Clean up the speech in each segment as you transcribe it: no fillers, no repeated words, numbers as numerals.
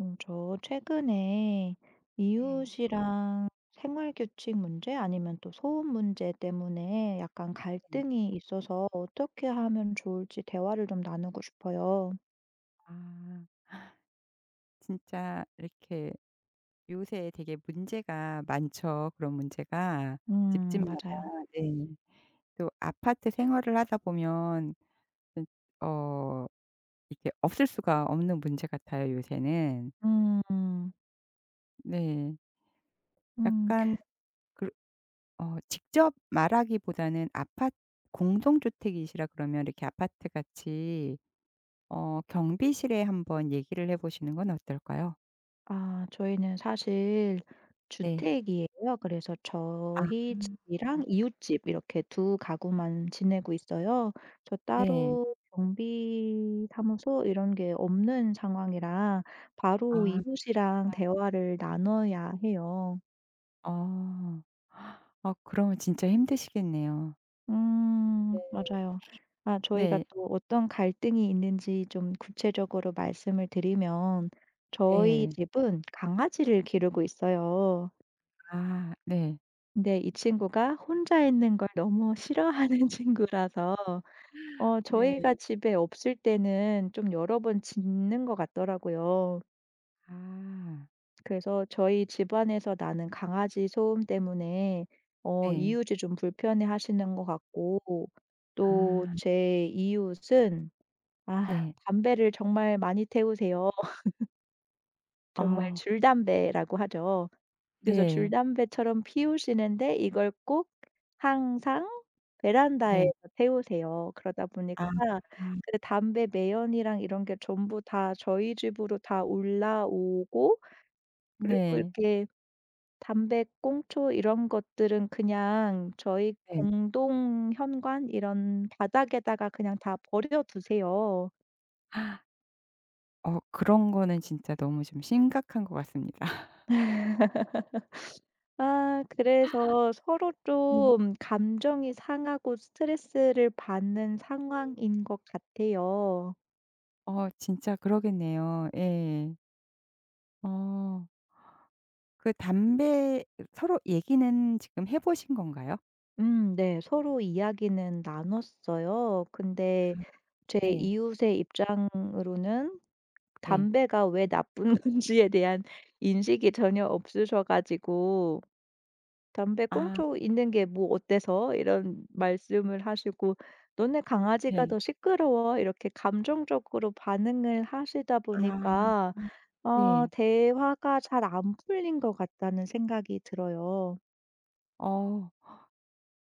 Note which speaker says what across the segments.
Speaker 1: 저 최근에
Speaker 2: 네.
Speaker 1: 이웃이랑 생활 규칙 문제 아니면 또 소음 문제 때문에 약간
Speaker 2: 네.
Speaker 1: 갈등이 있어서 어떻게 하면 좋을지 대화를 좀 나누고 싶어요.
Speaker 2: 아, 진짜 이렇게 요새 되게 문제가 많죠, 그런 문제가 집집마다.
Speaker 1: 맞아요.
Speaker 2: 네. 또 아파트 생활을 하다 보면 그 어 이렇게 없을 수가 없는 문제 같아요, 요새는.
Speaker 1: 음,
Speaker 2: 네.
Speaker 1: 음.
Speaker 2: 약간 그 직접 말하기보다는 아파 공동주택이시라 그러면 이렇게 아파트 같이 경비실에 한번 얘기를 해 보시는 건 어떨까요?
Speaker 1: 저희는 사실
Speaker 2: 네.
Speaker 1: 주택이에요. 그래서
Speaker 2: 아,
Speaker 1: 저희 집이랑 이웃집 이렇게 두 가구만 지내고 있어요. 저
Speaker 2: 네.
Speaker 1: 따로 경비 사무소 이런 게 없는 상황이라 바로
Speaker 2: 아.
Speaker 1: 이웃이랑 대화를 나눠야 해요.
Speaker 2: 아. 아, 그러면 진짜 힘드시겠네요. 네.
Speaker 1: 맞아요. 저희가
Speaker 2: 네.
Speaker 1: 또 어떤 갈등이 있는지 좀 구체적으로 말씀을 드리면 저희
Speaker 2: 네.
Speaker 1: 집은 강아지를 기르고 있어요.
Speaker 2: 아, 네.
Speaker 1: 근데 이 친구가 혼자 있는 걸 너무 싫어하는 친구라서
Speaker 2: 네.
Speaker 1: 저희가 집에 없을 때는 좀 여러 번 짖는 것 같더라고요.
Speaker 2: 아,
Speaker 1: 그래서 저희 집안에서 나는 강아지 소음 때문에
Speaker 2: 네.
Speaker 1: 이웃이 좀 불편해하시는 것 같고 또
Speaker 2: 아,
Speaker 1: 제 이웃은
Speaker 2: 네.
Speaker 1: 담배를 정말 많이 태우세요. 정말
Speaker 2: 아,
Speaker 1: 줄담배라고 하죠. 그래서
Speaker 2: 네.
Speaker 1: 줄담배처럼 피우시는데 이걸 꼭 항상 베란다에
Speaker 2: 네.
Speaker 1: 태우세요. 그러다 보니까
Speaker 2: 아,
Speaker 1: 그 담배 매연이랑 이런 게 전부 다 저희 집으로 다 올라오고 그리고
Speaker 2: 네.
Speaker 1: 이렇게 담배 꽁초 이런 것들은 그냥 저희
Speaker 2: 네.
Speaker 1: 공동 현관 이런 바닥에다가 그냥 다 버려 두세요.
Speaker 2: 그런 거는 진짜 너무 좀 심각한 것 같습니다.
Speaker 1: 그래서 서로
Speaker 2: 네.
Speaker 1: 좀 감정이 상하고 스트레스를 받는 상황인 것 같아요.
Speaker 2: 진짜 그러겠네요. 예. 어 그 담배, 서로 얘기는 지금 해 보신 건가요?
Speaker 1: 네. 서로 이야기는 나눴어요. 근데
Speaker 2: 아,
Speaker 1: 제
Speaker 2: 네.
Speaker 1: 이웃의 입장으로는
Speaker 2: 네.
Speaker 1: 담배가 왜 나쁜 건지에 대한 인식이 전혀 없으셔 가지고 "담배
Speaker 2: 아,
Speaker 1: 꽁초 있는 게 뭐 어때서?" 이런 말씀을 하시고 "너네 강아지가
Speaker 2: 네.
Speaker 1: 더 시끄러워." 이렇게 감정적으로 반응을 하시다
Speaker 2: 아.
Speaker 1: 보니까
Speaker 2: 네.
Speaker 1: 대화가 잘 안 풀린 것 같다는 생각이 들어요.
Speaker 2: 어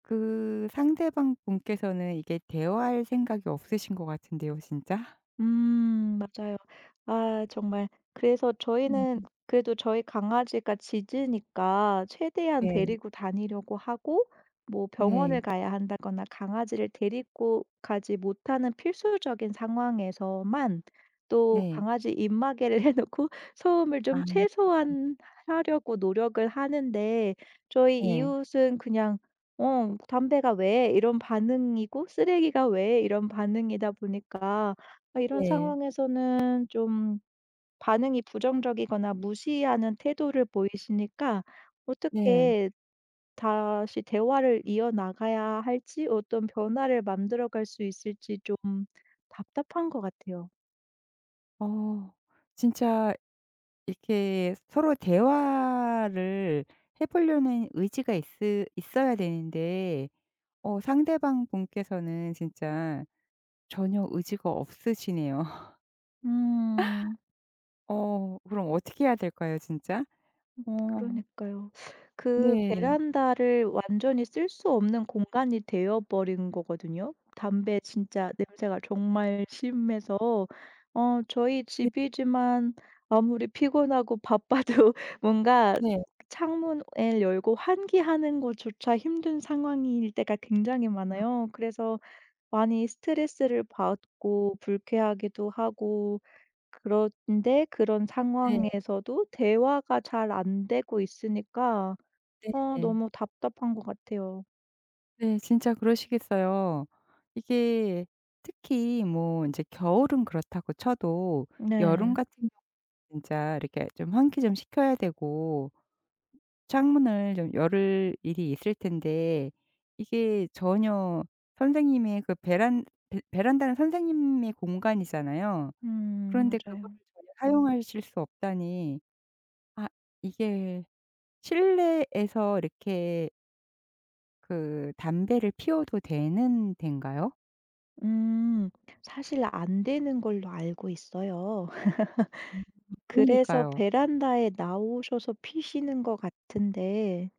Speaker 2: 그 상대방 분께서는 이게 대화할 생각이 없으신 것 같은데요, 진짜?
Speaker 1: 맞아요. 정말 그래서 저희는
Speaker 2: 음,
Speaker 1: 그래도 저희 강아지가 짖으니까 최대한
Speaker 2: 네.
Speaker 1: 데리고 다니려고 하고 뭐
Speaker 2: 네.
Speaker 1: 병원을 가야 한다거나 강아지를 데리고 가지 못하는 필수적인 상황에서만 또
Speaker 2: 네.
Speaker 1: 강아지 입마개를 해 놓고 소음을
Speaker 2: 아,
Speaker 1: 좀 최소한 하려고 노력을 하는데 저희
Speaker 2: 네.
Speaker 1: 이웃은 그냥 "어 담배가 왜?" 이런 반응이고 "쓰레기가 왜?" 이런 반응이다 보니까 이런
Speaker 2: 네.
Speaker 1: 상황에서는 좀 반응이 부정적이거나 무시하는 태도를 보이시니까
Speaker 2: 네.
Speaker 1: 어떻게 다시 대화를 이어나가야 할지 어떤 변화를 만들어 갈 수 있을지 좀 답답한 것 같아요.
Speaker 2: 어 진짜 이렇게 서로 대화를 해 보려는 의지가 있으 있어야 되는데 상대방 분께서는 진짜 전혀 의지가 없으시네요.
Speaker 1: 음.
Speaker 2: 그럼 어떻게 해야 될까요, 진짜? 어
Speaker 1: 그러니까요. 그
Speaker 2: 네.
Speaker 1: 베란다를 완전히 쓸 수 없는 공간이 되어 버린 거거든요. 담배 진짜 냄새가 정말 심해서 저희
Speaker 2: 네.
Speaker 1: 집이지만 아무리 피곤하고 바빠도 뭔가
Speaker 2: 네.
Speaker 1: 창문을 열고 환기하는 것조차 힘든 상황일 때가 굉장히
Speaker 2: 아,
Speaker 1: 많아요. 그래서 많이 스트레스를 받고 불쾌하기도 하고 그런데 그런
Speaker 2: 네.
Speaker 1: 상황에서도 대화가 잘 안 되고 있으니까
Speaker 2: 네.
Speaker 1: 너무 답답한 것 같아요.
Speaker 2: 네. 진짜 그러시겠어요. 이게 특히 뭐 인제 겨울은 그렇다고 쳐도 여름
Speaker 1: 네.
Speaker 2: 같은 경우는 진짜 이렇게 좀 환기 좀 시켜야 되고 창문을 좀 열 일이 있을 텐데 이게 전혀 선생님의 베란다는 선생님의 공간이잖아요.
Speaker 1: 음.
Speaker 2: 그런데 그거를
Speaker 1: 맞아요.
Speaker 2: 전혀 사용하실 수 없다니. 아 이게 실내에서 이렇게 그 담배를 피워도 되는 데인가요?
Speaker 1: 음. 사실 안 되는 걸로 알고 있어요.
Speaker 2: 음.
Speaker 1: 그래서
Speaker 2: 그러니까요. 음.
Speaker 1: 베란다에 나오셔서 피시는 것 같은데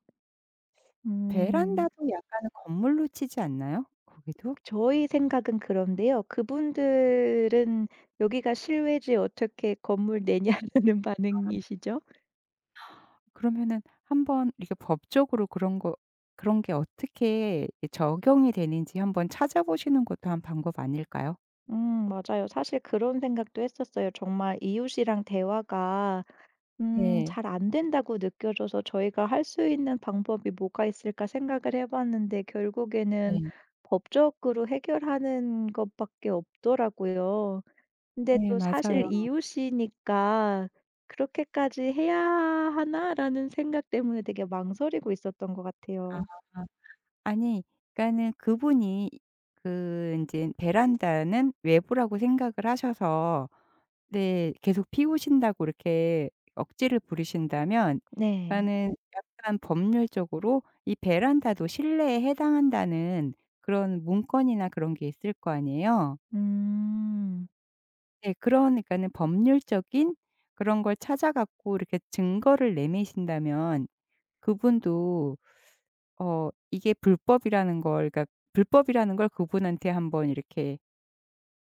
Speaker 1: 음
Speaker 2: 베란다도 약간은 건물로 치지 않나요? 거기도?
Speaker 1: 저희 생각은 그런데요. 그분들은 "여기가 실외지 어떻게 건물 내냐는 반응이시죠?"
Speaker 2: 그러면은 한번 이게 렇 법적으로 그런 게 어떻게 이 적용이 되는지 한번 찾아보시는 것도 한 방법 아닐까요?
Speaker 1: 맞아요. 사실 그런 생각도 했었어요. 정말 이웃이랑 대화가
Speaker 2: 네.
Speaker 1: 잘 안 된다고 느껴져서 저희가 할 수 있는 방법이 뭐가 있을까 생각을 해봤는데 결국에는
Speaker 2: 네.
Speaker 1: 법적으로 해결하는 것밖에 없더라고요. 근데
Speaker 2: 네,
Speaker 1: 또 사실
Speaker 2: 맞아요.
Speaker 1: 이웃이니까 그렇게까지 해야 하나라는 생각 때문에 되게 망설이고 있었던 것 같아요.
Speaker 2: 아. 아니, 그러니까는 그분이 그 인제 베란다는 외부라고 생각을 하셔서, 네, 계속 피우신다고 이렇게 억지를 부리신다면,
Speaker 1: 네.
Speaker 2: 그러니까는 약간 법률적으로 이 베란다도 실내에 해당한다는 그런 문건이나 그런 게 있을 거 아니에요.
Speaker 1: 음.
Speaker 2: 네. 그러니까는 법률적인 그런 걸 찾아 갖고 이렇게 증거를 내미신다면 그분도 이게 불법이라는 걸, 그러니까 불법이라는 걸 그분한테 한번 이렇게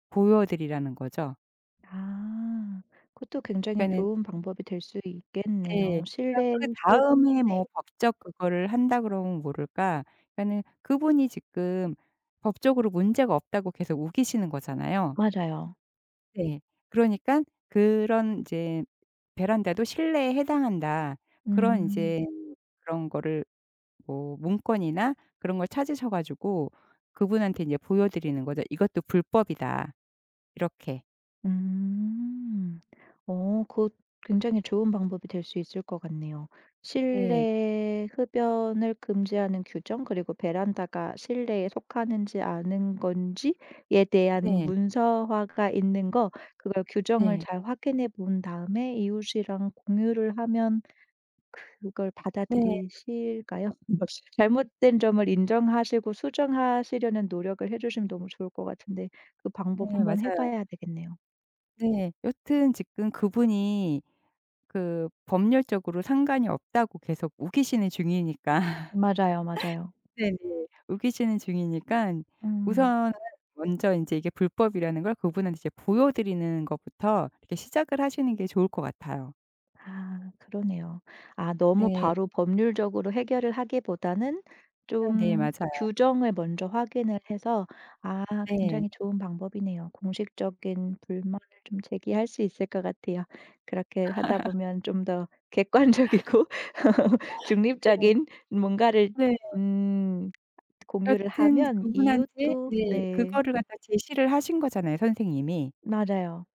Speaker 2: 보여 드리라는 거죠.
Speaker 1: 아. 그것도 굉장히
Speaker 2: 그러니까는
Speaker 1: 좋은 방법이 될 수 있겠네요.
Speaker 2: 네. 그러니까
Speaker 1: 실내에서.
Speaker 2: 그다음에 뭐
Speaker 1: 네.
Speaker 2: 법적 그거를 한다 그러면 모를까, 그러니까는 그분이 지금 법적으로 문제가 없다고 계속 우기시는 거잖아요.
Speaker 1: 맞아요.
Speaker 2: 네. 그러니깐 그런 인제 베란다도 실내에 해당한다. 그런
Speaker 1: 음.
Speaker 2: 인제 그런 거를 뭐 문건이나 그런 걸 찾으셔 가지고 그분한테 인제 보여 드리는 거죠. "이것도 불법이다." 이렇게.
Speaker 1: 음. 그것 굉장히 좋은 방법이 될 수 있을 것 같네요.
Speaker 2: 네.
Speaker 1: 실내 흡연을 금지하는 규정 그리고 베란다가 실내에 속하는지 아는 건지에 대한
Speaker 2: 네.
Speaker 1: 문서화가 있는 거, 그걸 규정을
Speaker 2: 네.
Speaker 1: 잘 확인해 본 다음에 이웃이랑 공유를 하면 그걸
Speaker 2: 네.
Speaker 1: 받아들이실까요? 잘못된 점을 인정하시고 수정하시려는 노력을 해 주시면 너무 좋을 것 같은데 그 방법
Speaker 2: 네.
Speaker 1: 한번 해
Speaker 2: 맞아요.
Speaker 1: 봐야 되겠네요.
Speaker 2: 네. 여튼 지금 그분이 그 법률적으로 상관이 없다고 계속 우기시는 중이니까.
Speaker 1: 맞아요, 맞아요.
Speaker 2: 네네. 우기시는 중이니까
Speaker 1: 음.
Speaker 2: 우선은 먼저 인제 이게 불법이라는 걸 그분한테 이제 보여드리는 것부터 이렇게 시작을 하시는 게 좋을 것 같아요.
Speaker 1: 그러네요. 너무
Speaker 2: 네.
Speaker 1: 바로 법률적으로 해결을 하기보다는
Speaker 2: 네,
Speaker 1: 좀
Speaker 2: 맞아요.
Speaker 1: 규정을 먼저 확인을 해서.
Speaker 2: 네.
Speaker 1: 굉장히 좋은 방법이네요. 공식적인 불만을 좀 제기할 수 있을 것 같아요. 그렇게 하다 보면 좀 더 객관적이고
Speaker 2: 네.
Speaker 1: 중립적인 뭔가를
Speaker 2: 네.
Speaker 1: 음 공유를
Speaker 2: 여튼
Speaker 1: 하면
Speaker 2: 그분한테,
Speaker 1: 이웃도.
Speaker 2: 네,
Speaker 1: 네,
Speaker 2: 그거를 갖다 제시를 하신 거잖아요, 선생님이.
Speaker 1: 맞아요.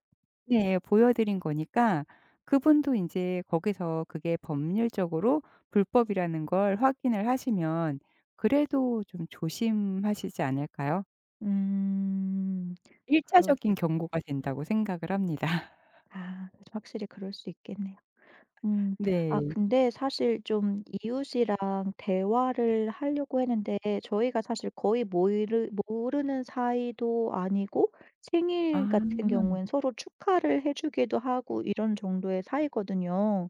Speaker 2: 네. 보여 드린 거니까 그분도 이제 거기서 그게 법률적으로 불법이라는 걸 확인을 하시면 그래도 좀 조심하시지 않을까요?
Speaker 1: 음
Speaker 2: 1차적인 차적인
Speaker 1: 그러게요.
Speaker 2: 경고가 된다고 생각을 합니다.
Speaker 1: 확실히 그럴 수 있겠네요. 음.
Speaker 2: 네.
Speaker 1: 근데 사실 좀 이웃이랑 대화를 하려고 했는데 저희가 사실 거의 모이르 모르는 사이도 아니고
Speaker 2: 아,
Speaker 1: 생일 같은 경우엔 서로 축하를 해 주기도 하고 이런 정도의 사이거든요.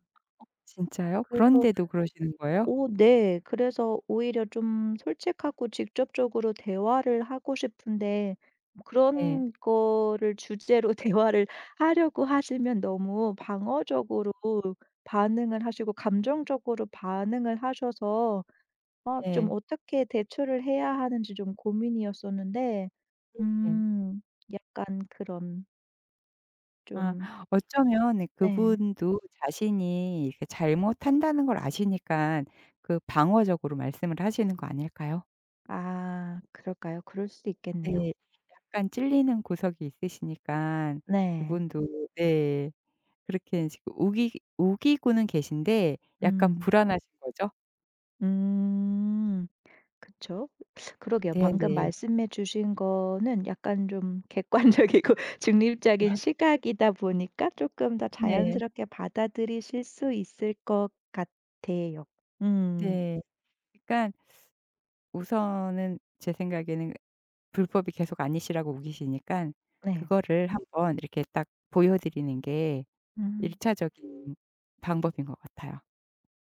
Speaker 2: 진짜요?
Speaker 1: 그래서
Speaker 2: 그런데도 그러시는 거예요?
Speaker 1: 오, 네. 그래서 오히려 좀 솔직하고 직접적으로 대화를 하고 싶은데
Speaker 2: 네.
Speaker 1: 그런 거를 주제로 대화를 하려고 하시면 너무 방어적으로 반응을 하시고 감정적으로 반응을 하셔서 좀
Speaker 2: 네.
Speaker 1: 어떻게 대처를 해야 하는지 좀 고민이었었는데
Speaker 2: 네.
Speaker 1: 음 약간 그런
Speaker 2: 아,
Speaker 1: 좀.
Speaker 2: 어쩌면, 네,
Speaker 1: 네.
Speaker 2: 그분도 자신이 이렇게 잘못한다는 걸 아시니까 그 방어적으로 말씀을 하시는 거 아닐까요?
Speaker 1: 그럴까요? 그럴 수도 있겠네요.
Speaker 2: 네. 약간 찔리는 구석이 있으시니깐
Speaker 1: 네.
Speaker 2: 그분도, 네. 그렇게 지금 우기고는 계신데 약간
Speaker 1: 음.
Speaker 2: 불안하신 거죠?
Speaker 1: 음. 그쵸. 그러게요. 방금
Speaker 2: 네네.
Speaker 1: 말씀해 주신 거는 약간 좀 객관적이고 중립적인 시각이다 보니까 조금 더
Speaker 2: 네.
Speaker 1: 자연스럽게 받아들이실 수 있을 것 같아요. 음
Speaker 2: 네. 그러니깐 우선은 제 생각에는 불법이 계속 아니시라고 우기시니깐
Speaker 1: 네.
Speaker 2: 그거를 한번 이렇게 딱 보여 드리는 게 1차적인
Speaker 1: 음.
Speaker 2: 차적인 방법인 것 같아요.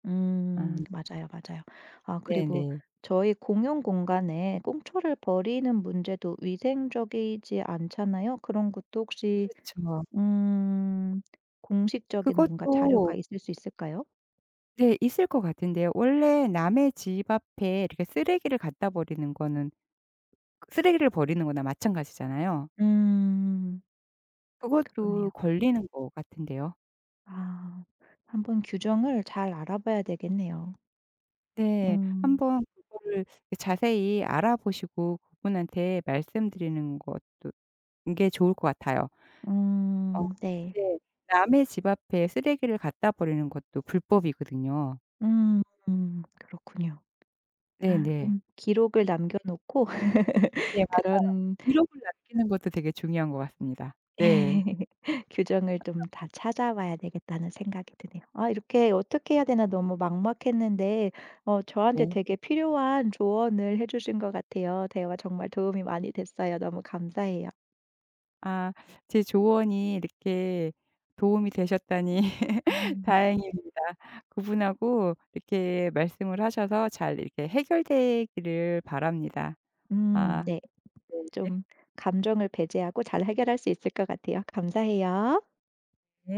Speaker 2: 아,
Speaker 1: 맞아요, 맞아요. 그리고
Speaker 2: 네네.
Speaker 1: 저희 공용 공간에 꽁초를 버리는 문제도 위생적이지 않잖아요. 그런 것도 혹시
Speaker 2: 그렇죠.
Speaker 1: 음 공식적인 뭔가 자료가
Speaker 2: 그것도,
Speaker 1: 있을 수 있을까요?
Speaker 2: 네, 있을 것 같은데요. 원래 남의 집 앞에 이렇게 쓰레기를 갖다 버리는 거는 쓰레기를 버리는 거나 마찬가지잖아요.
Speaker 1: 음. 그러네요.
Speaker 2: 그것도 걸리는 것 같은데요.
Speaker 1: 아. 한번 규정을 잘 알아봐야 되겠네요.
Speaker 2: 네.
Speaker 1: 음.
Speaker 2: 한번 그거를 자세히 알아보시고 그분한테 말씀드리는 것도 게 좋을 것 같아요. 어
Speaker 1: 음. 네.
Speaker 2: 네. 남의 집 앞에 쓰레기를 갖다 버리는 것도 불법이거든요.
Speaker 1: 음. 음. 그렇군요.
Speaker 2: 네네.
Speaker 1: 좀 기록을 남겨 놓고
Speaker 2: 네, 맞아요.
Speaker 1: 그런
Speaker 2: 기록을 남기는 것도 되게 중요한 것 같습니다. 네.
Speaker 1: 규정을 좀 다 찾아봐야 되겠다는 생각이 드네요. 이렇게 어떻게 해야 되나 너무 막막했는데 저한테
Speaker 2: 네.
Speaker 1: 되게 필요한 조언을 해 주신 것 같아요. 대화 정말 도움이 많이 됐어요. 너무 감사해요.
Speaker 2: 아, 제 조언이 이렇게 도움이 되셨다니 다행입니다. 그분하고 이렇게 말씀을 하셔서 잘 이렇게 해결되기를 바랍니다. 아,
Speaker 1: 네.
Speaker 2: 네.
Speaker 1: 좀 감정을 배제하고 잘 해결할 수 있을 것 같아요. 감사해요.
Speaker 2: 네.